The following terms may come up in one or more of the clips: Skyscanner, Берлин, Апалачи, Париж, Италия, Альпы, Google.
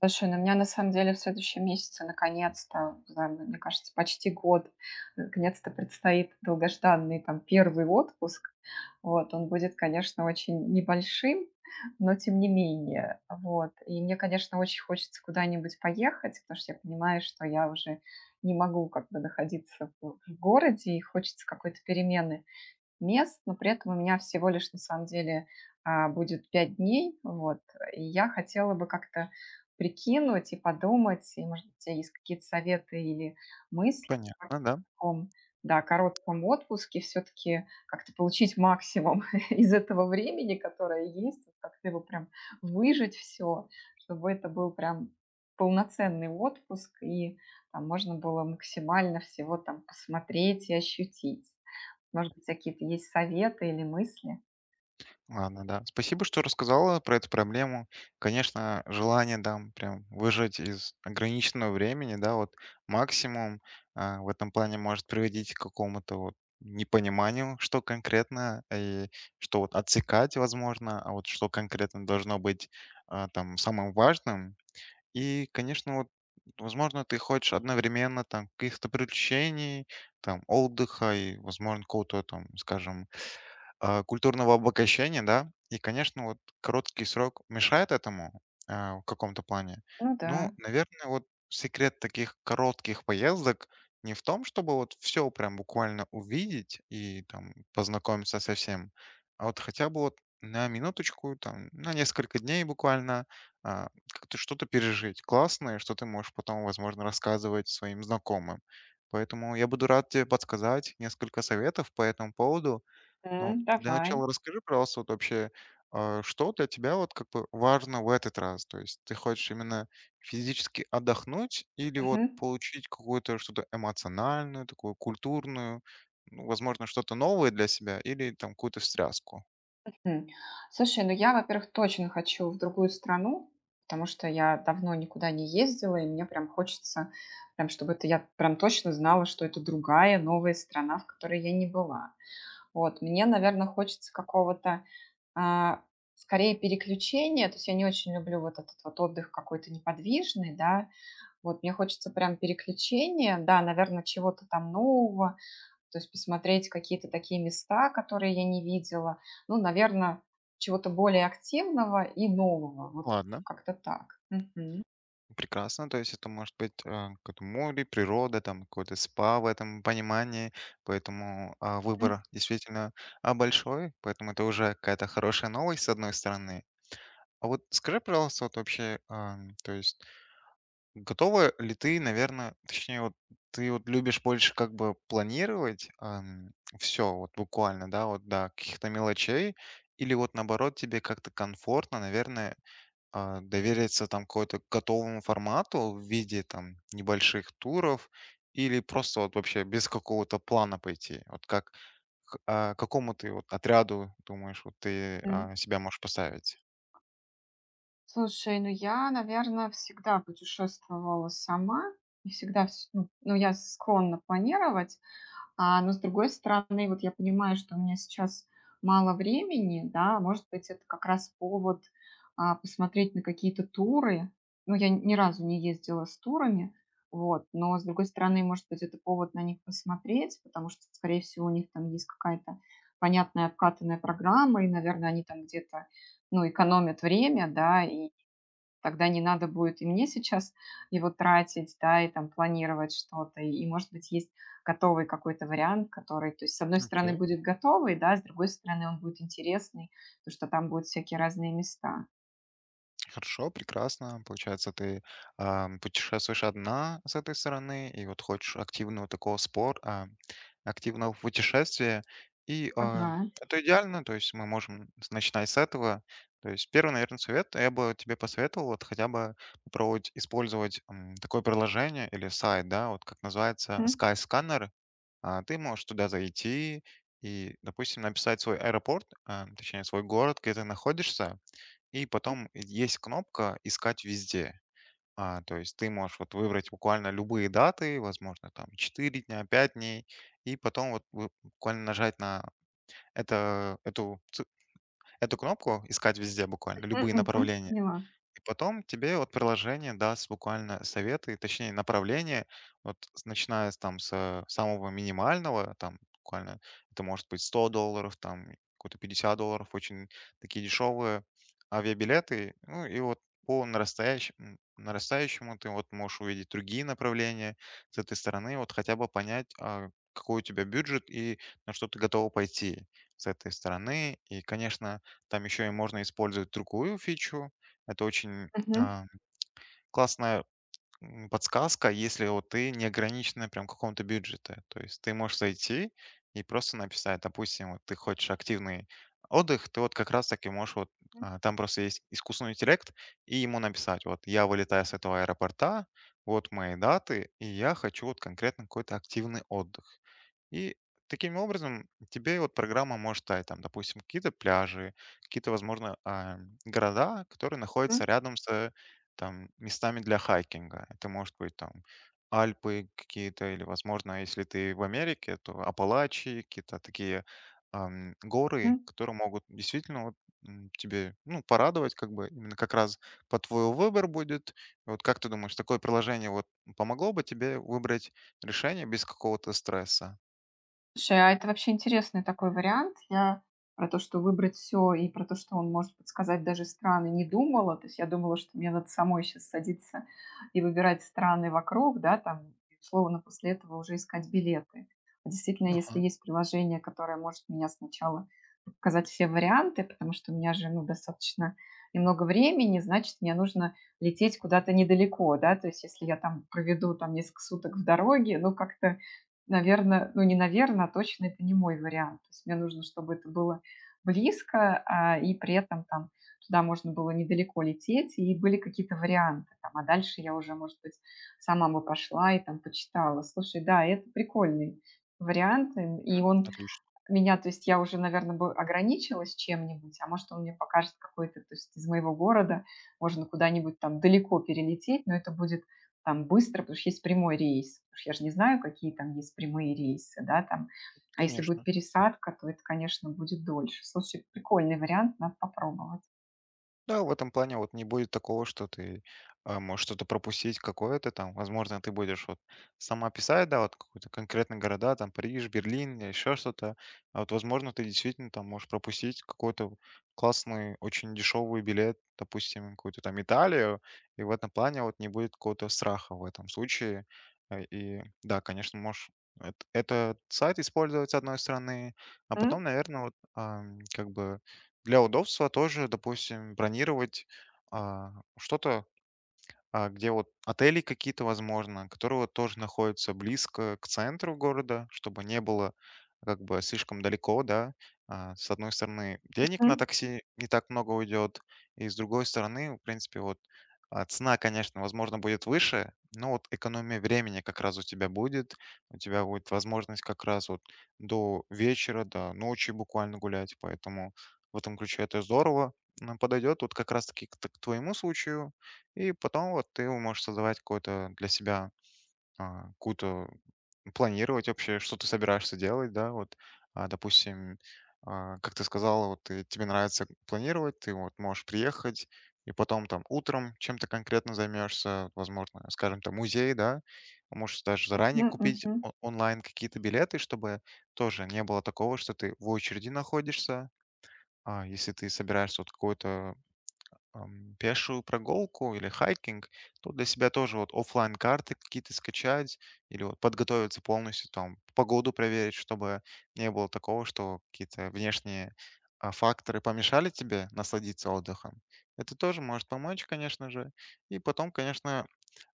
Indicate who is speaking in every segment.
Speaker 1: Слушай, ну у меня на самом деле в следующем месяце наконец-то, не знаю, мне кажется, почти год, наконец-то предстоит долгожданный там первый отпуск. Вот, он будет, конечно, очень небольшим, но тем не менее. Вот. И мне, конечно, очень хочется куда-нибудь поехать, потому что я понимаю, что я уже не могу как бы находиться в городе, и хочется какой-то перемены мест, но при этом у меня всего лишь на самом деле будет 5 дней, вот, и я хотела бы как-то прикинуть и подумать, и, может быть, у тебя есть какие-то советы или мысли о,
Speaker 2: Понятно, да.
Speaker 1: таком, да, коротком отпуске, все-таки как-то получить максимум из этого времени, которое есть, вот как-то его прям выжить все, чтобы это был прям полноценный отпуск, и там можно было максимально всего там посмотреть и ощутить. Может быть, какие-то есть советы или мысли?
Speaker 2: Ладно, да. Спасибо, что рассказала про эту проблему. Конечно, желание, да, прям выжать из ограниченного времени, да, вот максимум в этом плане может приводить к какому-то вот непониманию, что конкретно, и что вот отсекать возможно, а вот что конкретно должно быть там самым важным. И, конечно, вот возможно, ты хочешь одновременно там каких-то приключений, там отдыха и, возможно, какого-то там, скажем, культурного обогащения, да. И, конечно, вот короткий срок мешает этому в каком-то плане.
Speaker 1: Ну
Speaker 2: Ну,
Speaker 1: да.
Speaker 2: наверное, вот секрет таких коротких поездок не в том, чтобы вот все прям буквально увидеть и там познакомиться со всем, а вот хотя бы вот на минуточку, там, на несколько дней буквально, как-то что-то пережить классное, что ты можешь потом, возможно, рассказывать своим знакомым. Поэтому я буду рад тебе подсказать несколько советов по этому поводу. Ну,
Speaker 1: М,
Speaker 2: для
Speaker 1: давай.
Speaker 2: начала расскажи, пожалуйста, вот вообще, что для тебя вот как бы важно в этот раз? То есть ты хочешь именно физически отдохнуть или вот
Speaker 1: Мгм.
Speaker 2: получить какую-то что-то эмоциональную, такую культурную, ну, возможно, что-то новое для себя или там какую-то встряску?
Speaker 1: Мгм. Слушай, ну я, во-первых, точно хочу в другую страну, потому что я давно никуда не ездила, и мне прям хочется, прям чтобы это я прям точно знала, что это другая, новая страна, в которой я не была. Вот. Мне, наверное, хочется какого-то, а, скорее переключения. То есть я не очень люблю вот этот вот отдых какой-то неподвижный, да. Вот мне хочется прям переключения, да, наверное, чего-то там нового. То есть посмотреть какие-то такие места, которые я не видела. Ну, наверное, чего-то более активного и нового. Вот
Speaker 2: Ладно,
Speaker 1: как-то так. Мгм.
Speaker 2: прекрасно. То есть это может быть какое-то море, природа, там какой-то спа в этом понимании, поэтому выбор действительно большой, поэтому это уже какая-то хорошая новость с одной стороны. А вот скажи, пожалуйста, вот вообще, то есть готова ли ты, наверное, точнее, вот ты вот любишь больше как бы планировать все, вот буквально, да, вот до каких-то мелочей, или вот наоборот тебе как-то комфортно, наверное, довериться там какому-то готовому формату в виде там небольших туров, или просто вот вообще без какого-то плана пойти? Вот как, к какому ты вот отряду думаешь, вот ты
Speaker 1: Мгм.
Speaker 2: себя можешь поставить?
Speaker 1: Слушай, ну я, наверное, всегда путешествовала сама. Не всегда вс Ну, я склонна планировать. Но с другой стороны, вот я понимаю, что у меня сейчас мало времени, да, может быть, это как раз повод, посмотреть на какие-то туры. Ну, я ни разу не ездила с турами, вот, но, с другой стороны, может быть, это повод на них посмотреть, потому что, скорее всего, у них там есть какая-то понятная обкатанная программа, и, наверное, они там где-то, ну, экономят время, да, и тогда не надо будет и мне сейчас его тратить, да, и там планировать что-то. И, может быть, есть готовый какой-то вариант, который, то есть, с одной стороны, будет готовый, да, с другой стороны, он будет интересный, потому что там будут всякие разные места.
Speaker 2: Хорошо, прекрасно. Получается, ты путешествуешь одна с этой стороны, и вот хочешь активного такого активного путешествия. И
Speaker 1: Ага.
Speaker 2: это идеально, то есть мы можем начинать с этого. То есть первый, наверное, совет я бы тебе посоветовал вот хотя бы попробовать использовать такое приложение или сайт, да, вот как называется
Speaker 1: Мгм.
Speaker 2: Skyscanner. Ты можешь туда зайти и, допустим, написать свой аэропорт, а, точнее, свой город, где ты находишься, и потом есть кнопка "Искать везде". То есть ты можешь вот выбрать буквально любые даты, возможно, там 4 дня, 5 дней, и потом вот вы буквально нажать на это, эту, ц- эту кнопку "Искать везде" буквально,
Speaker 1: Мгм.
Speaker 2: любые
Speaker 1: Мгм.
Speaker 2: направления.
Speaker 1: Поняла.
Speaker 2: И потом тебе вот приложение даст буквально советы, точнее направления, вот начиная с, там с самого минимального, там буквально это может быть 100 долларов, там какой-то 50 долларов, очень такие дешевые авиабилеты, ну и вот по нарастающему, нарастающему ты вот можешь увидеть другие направления с этой стороны, вот хотя бы понять, какой у тебя бюджет и на что ты готова пойти с этой стороны. И, конечно, там еще и можно использовать другую фичу, это очень,
Speaker 1: Мгм.
Speaker 2: а, классная подсказка, если вот ты не ограничена прям какого-то бюджета. То есть ты можешь зайти и просто написать, допустим, вот ты хочешь активный отдых, ты вот как раз таки можешь вот
Speaker 1: Мгм.
Speaker 2: там просто есть искусственный интеллект, и ему написать, вот я вылетаю с этого аэропорта, вот мои даты, и я хочу вот конкретно какой-то активный отдых. И таким образом тебе вот программа может дать, там, допустим, какие-то пляжи, какие-то, возможно, города, которые находятся рядом с там местами для хайкинга. Это может быть там Альпы какие-то, или, возможно, если ты в Америке, то Апалачи, какие-то такие горы,
Speaker 1: Мгм.
Speaker 2: которые могут действительно вот, тебе ну, порадовать, как бы именно как раз по твоему выбор будет. Вот как ты думаешь, такое приложение вот помогло бы тебе выбрать решение без какого-то стресса?
Speaker 1: Слушай, а это вообще интересный такой вариант. Я про то, что выбрать все и про то, что он может подсказать даже страны, не думала. То есть я думала, что мне надо самой сейчас садиться и выбирать страны вокруг, да, там, и условно после этого уже искать билеты. А действительно, если
Speaker 2: Ага.
Speaker 1: есть приложение, которое может меня сначала показать все варианты, потому что у меня же, ну, достаточно немного времени, значит, мне нужно лететь куда-то недалеко, да. То есть если я там проведу там несколько суток в дороге, ну, как-то наверное, ну, не наверно, а точно это не мой вариант. То есть мне нужно, чтобы это было близко, и при этом там туда можно было недалеко лететь, и были какие-то варианты там. А дальше я уже, может быть, сама бы пошла и там почитала. Слушай, да, это прикольный вариант, и
Speaker 2: М?
Speaker 1: он
Speaker 2: Отлично,
Speaker 1: меня, то есть я уже, наверное, бы ограничилась чем-нибудь, а может, он мне покажет какой-то, то есть из моего города можно куда-нибудь там далеко перелететь, но это будет там быстро, потому что есть прямой рейс. Потому что я же не знаю, какие там есть прямые рейсы, да, там. А если будет
Speaker 2: конечно.
Speaker 1: пересадка, то это, конечно, будет дольше. Слушай, прикольный вариант, надо попробовать.
Speaker 2: Да, в этом плане вот не будет такого, что ты можешь что-то пропустить какое-то там. Возможно, ты будешь вот сама писать, да, вот какой-то конкретный города, там Париж, Берлин или еще что-то. А вот, возможно, ты действительно там можешь пропустить какой-то классный, очень дешевый билет, допустим, в какую-то там Италию, и в этом плане вот не будет какого-то страха в этом случае. И да, конечно, можешь этот сайт использовать с одной стороны, а
Speaker 1: М,
Speaker 2: потом, наверное, вот как бы для удобства тоже, допустим, бронировать, что-то где вот отели какие-то, возможно, которые вот тоже находятся близко к центру города, чтобы не было как бы слишком далеко, да. С одной стороны, денег на
Speaker 1: мгм,
Speaker 2: такси не так много уйдет, и с другой стороны, в принципе, вот цена, конечно, возможно, будет выше, но вот экономия времени как раз у тебя будет возможность как раз вот до вечера, до ночи буквально гулять, поэтому в этом ключе это здорово. Подойдет вот как раз-таки к твоему случаю, и потом вот ты можешь создавать какое-то для себя, какую-то планировать вообще, что ты собираешься делать, да, вот, допустим, как ты сказала, вот ты, тебе нравится планировать, ты вот можешь приехать, и потом там утром чем-то конкретно займешься, возможно, скажем, там музей, да, можешь даже заранее
Speaker 1: мгм,
Speaker 2: купить
Speaker 1: мгм,
Speaker 2: онлайн какие-то билеты, чтобы тоже не было такого, что ты в очереди находишься, если ты собираешься вот какой-то пешую прогулку или хайкинг, то для себя тоже вот оффлайн карты какие-то скачать или вот подготовиться полностью, там, погоду проверить, чтобы не было такого, что какие-то внешние факторы помешали тебе насладиться отдыхом. Это тоже может помочь, конечно же. И потом, конечно,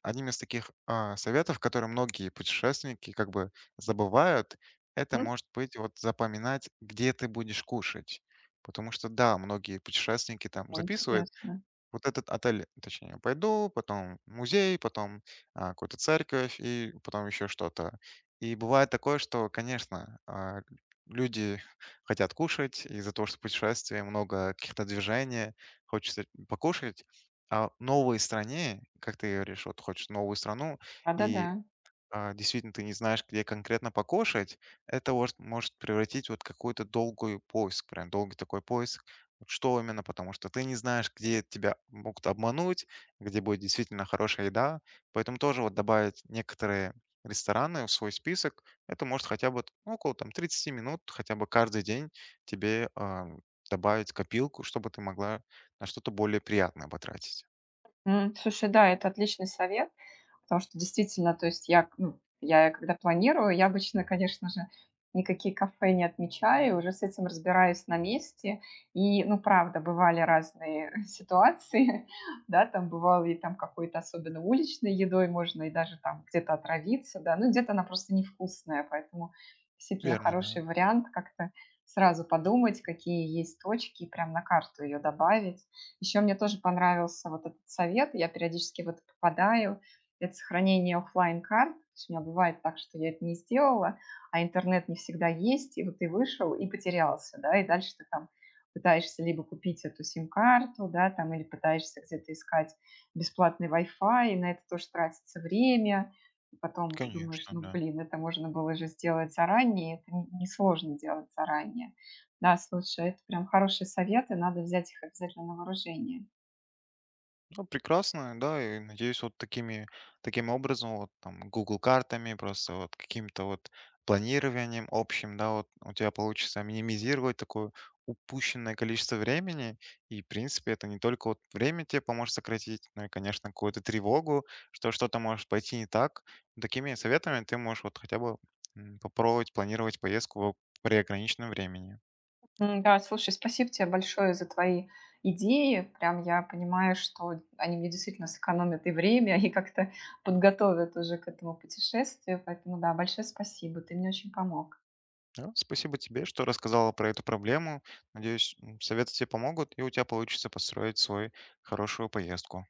Speaker 2: одним из таких советов, которые многие путешественники как бы забывают, это
Speaker 1: м.
Speaker 2: может быть вот запоминать, где ты будешь кушать. Потому что, да, многие путешественники там
Speaker 1: О,
Speaker 2: записывают,
Speaker 1: интересно.
Speaker 2: вот этот отель, точнее, пойду, потом музей, потом какую-то церковь и потом еще что-то. И бывает такое, что, конечно, люди хотят кушать из-за того, что путешествие, много каких-то движений, хочется покушать. А в новой стране, как ты говоришь, вот хочешь новую страну,
Speaker 1: Да-да-да.
Speaker 2: и действительно ты не знаешь, где конкретно покушать, это может превратить вот какую-то долгую поиск, прям долгий такой поиск. Вот. Что именно, потому что ты не знаешь, где тебя могут обмануть, где будет действительно хорошая еда. Поэтому тоже вот добавить некоторые рестораны в свой список, это может хотя бы ну, около там 30 минут, хотя бы каждый день тебе добавить копилку, чтобы ты могла на что-то более приятное потратить.
Speaker 1: М, слушай, да, это отличный совет. Потому что действительно, то есть я, ну, я когда планирую, я обычно, конечно же, никакие кафе не отмечаю, уже с этим разбираюсь на месте. И, ну, правда, бывали разные ситуации, да, там бывало и там какой-то особенно уличной едой можно и даже там где-то отравиться, да, ну, где-то она просто невкусная, поэтому действительно
Speaker 2: Верно, да.
Speaker 1: хороший вариант как-то сразу подумать, какие есть точки, и прям на карту ее добавить. Еще мне тоже понравился вот этот совет, я периодически вот попадаю, это сохранение офлайн карт. То есть у меня бывает так, что я это не сделала, а интернет не всегда есть, и вот ты вышел и потерялся, да, и дальше ты там пытаешься либо купить эту сим-карту, да, там, или пытаешься где-то искать бесплатный Wi-Fi, и на это тоже тратится время, и потом думаешь,
Speaker 2: Конечно,
Speaker 1: ну,
Speaker 2: да.
Speaker 1: блин, это можно было же сделать заранее, это несложно делать заранее. Да, слушай, это прям хорошие советы, надо взять их обязательно на вооружение.
Speaker 2: Ну, прекрасно, да, и надеюсь, вот такими, таким образом, вот там Google картами, просто вот каким-то вот планированием общим, да, вот у тебя получится минимизировать такое упущенное количество времени, и, в принципе, это не только вот время тебе поможет сократить, но и, конечно, какую-то тревогу, что что-то может пойти не так. Такими советами ты можешь вот хотя бы попробовать планировать поездку в при ограниченном времени.
Speaker 1: М, да, слушай, спасибо тебе большое за твои идеи. Прям я понимаю, что они мне действительно сэкономят и время, и как-то подготовят уже к этому путешествию. Поэтому, да, большое спасибо. Ты мне очень помог.
Speaker 2: Да, спасибо тебе, что рассказала про эту проблему. Надеюсь, советы тебе помогут, и у тебя получится построить свою хорошую поездку.